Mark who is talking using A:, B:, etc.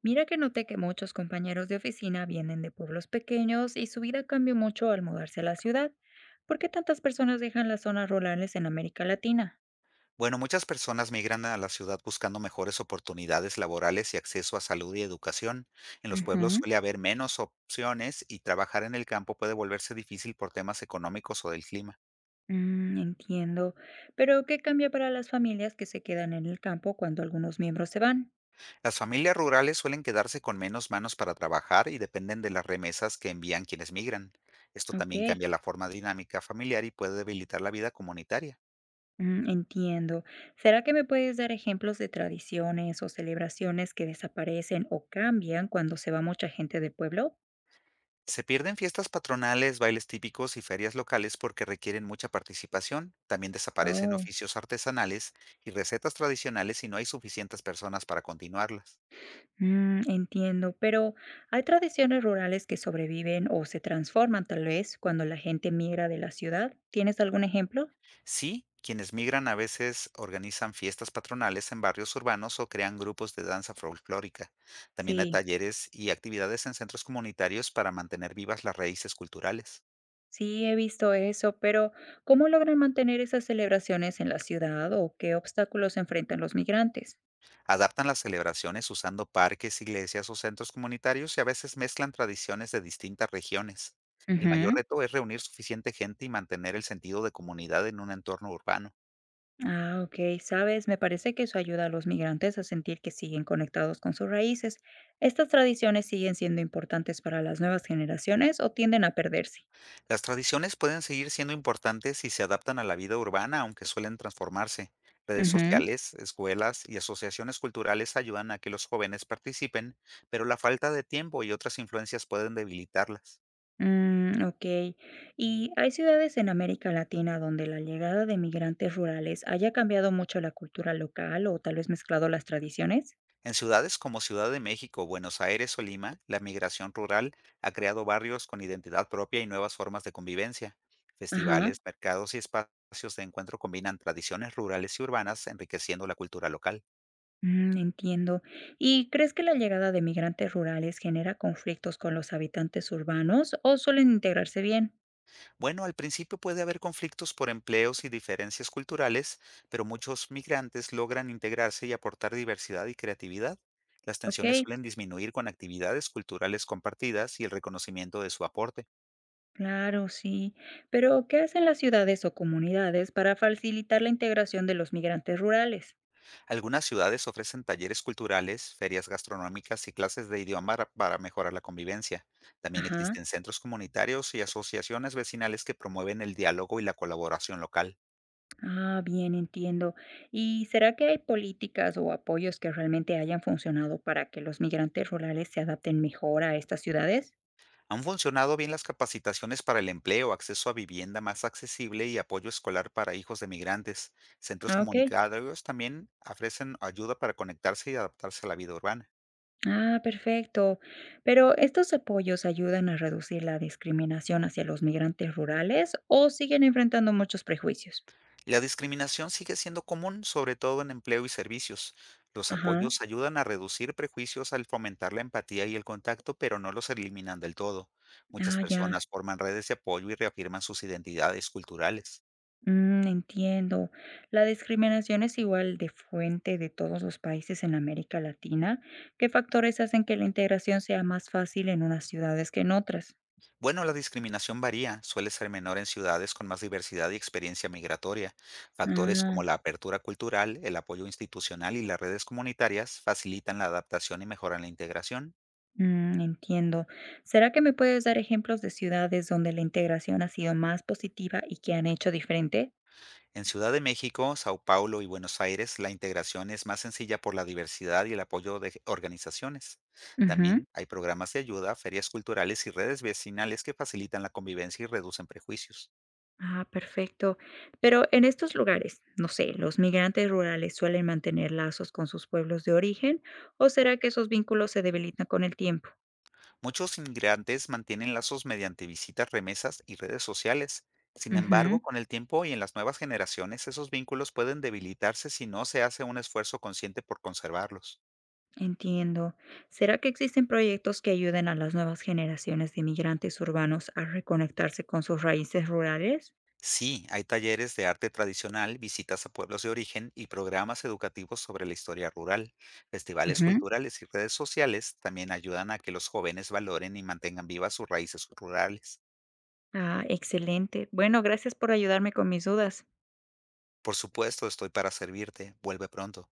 A: Mira que noté que muchos compañeros de oficina vienen de pueblos pequeños y su vida cambió mucho al mudarse a la ciudad. ¿Por qué tantas personas dejan las zonas rurales en América Latina?
B: Bueno, muchas personas migran a la ciudad buscando mejores oportunidades laborales y acceso a salud y educación. En los pueblos
A: Ujú.
B: suele haber menos opciones y trabajar en el campo puede volverse difícil por temas económicos o del clima.
A: Entiendo. Pero ¿qué cambia para las familias que se quedan en el campo cuando algunos miembros se van?
B: Las familias rurales suelen quedarse con menos manos para trabajar y dependen de las remesas que envían quienes migran. Esto
A: Ok,
B: también cambia la forma dinámica familiar y puede debilitar la vida comunitaria.
A: entiendo. ¿Será que me puedes dar ejemplos de tradiciones o celebraciones que desaparecen o cambian cuando se va mucha gente del pueblo?
B: Se pierden fiestas patronales, bailes típicos y ferias locales porque requieren mucha participación. También desaparecen
A: Oh.
B: oficios artesanales y recetas tradicionales si no hay suficientes personas para continuarlas.
A: Entiendo, pero ¿hay tradiciones rurales que sobreviven o se transforman tal vez cuando la gente migra de la ciudad? ¿Tienes algún ejemplo?
B: Sí, quienes migran a veces organizan fiestas patronales en barrios urbanos o crean grupos de danza folclórica. También hay
A: Sí,
B: talleres y actividades en centros comunitarios para mantener vivas las raíces culturales.
A: sí he visto eso, pero ¿cómo logran mantener esas celebraciones en la ciudad o qué obstáculos enfrentan los migrantes?
B: Adaptan las celebraciones usando parques, iglesias o centros comunitarios y a veces mezclan tradiciones de distintas regiones. El mayor
A: Ujú.
B: reto es reunir suficiente gente y mantener el sentido de comunidad en un entorno urbano.
A: Ah, ok, sabes, me parece que eso ayuda a los migrantes a sentir que siguen conectados con sus raíces. ¿Estas tradiciones siguen siendo importantes para las nuevas generaciones o tienden a perderse?
B: Las tradiciones pueden seguir siendo importantes si se adaptan a la vida urbana, aunque suelen transformarse. Redes sociales, escuelas y asociaciones culturales ayudan a que los jóvenes participen, pero la falta de tiempo y otras influencias pueden debilitarlas.
A: Ok. ¿Y hay ciudades en América Latina donde la llegada de migrantes rurales haya cambiado mucho la cultura local o tal vez mezclado las tradiciones?
B: En ciudades como Ciudad de México, Buenos Aires o Lima, la migración rural ha creado barrios con identidad propia y nuevas formas de convivencia.
A: Ajá.
B: Festivales, mercados y espacios de encuentro combinan tradiciones rurales y urbanas, enriqueciendo la cultura local.
A: Entiendo. ¿Y crees que la llegada de migrantes rurales genera conflictos con los habitantes urbanos o suelen integrarse bien?
B: Bueno, al principio puede haber conflictos por empleos y diferencias culturales, pero muchos migrantes logran integrarse y aportar diversidad y creatividad. Las
A: Ok,
B: tensiones suelen disminuir con actividades culturales compartidas y el reconocimiento de su aporte.
A: claro, sí. Pero ¿qué hacen las ciudades o comunidades para facilitar la integración de los migrantes rurales?
B: Algunas ciudades ofrecen talleres culturales, ferias gastronómicas y clases de idioma para mejorar la convivencia. También
A: Ajá.
B: existen centros comunitarios y asociaciones vecinales que promueven el diálogo y la colaboración local.
A: Ah, bien, entiendo. ¿Y será que hay políticas o apoyos que realmente hayan funcionado para que los migrantes rurales se adapten mejor a estas ciudades?
B: Han funcionado bien las capacitaciones para el empleo, acceso a vivienda más accesible y apoyo escolar para hijos de migrantes. Centros
A: Ah, ok.
B: comunitarios también ofrecen ayuda para conectarse y adaptarse a la vida urbana.
A: Ah, perfecto. Pero ¿estos apoyos ayudan a reducir la discriminación hacia los migrantes rurales o siguen enfrentando muchos prejuicios?
B: La discriminación sigue siendo común, sobre todo en empleo y servicios. Los
A: Ajá.
B: apoyos ayudan a reducir prejuicios al fomentar la empatía y el contacto, pero no los eliminan del todo. Muchas
A: Ah, ya.
B: personas forman redes de apoyo y reafirman sus identidades culturales.
A: Entiendo. La discriminación es igual de fuente de todos los países en América Latina. ¿Qué factores hacen que la integración sea más fácil en unas ciudades que en otras?
B: Bueno, la discriminación varía, suele ser menor en ciudades con más diversidad y experiencia migratoria. Factores como
A: Ah,
B: la apertura cultural, el apoyo institucional y las redes comunitarias facilitan la adaptación y mejoran la integración.
A: entiendo. ¿Será que me puedes dar ejemplos de ciudades donde la integración ha sido más positiva y que han hecho diferente?
B: En Ciudad de México, Sao Paulo y Buenos Aires, la integración es más sencilla por la diversidad y el apoyo de organizaciones.
A: Ujú.
B: También hay programas de ayuda, ferias culturales y redes vecinales que facilitan la convivencia y reducen prejuicios.
A: Ah, perfecto. Pero en estos lugares, no sé, ¿los migrantes rurales suelen mantener lazos con sus pueblos de origen o será que esos vínculos se debilitan con el tiempo?
B: Muchos inmigrantes mantienen lazos mediante visitas, remesas y redes sociales. Sin embargo,
A: Ujú.
B: con el tiempo y en las nuevas generaciones, esos vínculos pueden debilitarse si no se hace un esfuerzo consciente por conservarlos.
A: Entiendo. ¿Será que existen proyectos que ayuden a las nuevas generaciones de migrantes urbanos a reconectarse con sus raíces rurales?
B: Sí, hay talleres de arte tradicional, visitas a pueblos de origen y programas educativos sobre la historia rural. Festivales
A: Ujú.
B: culturales y redes sociales también ayudan a que los jóvenes valoren y mantengan vivas sus raíces rurales.
A: Ah, excelente. Bueno, gracias por ayudarme con mis dudas.
B: Por supuesto, estoy para servirte. Vuelve pronto.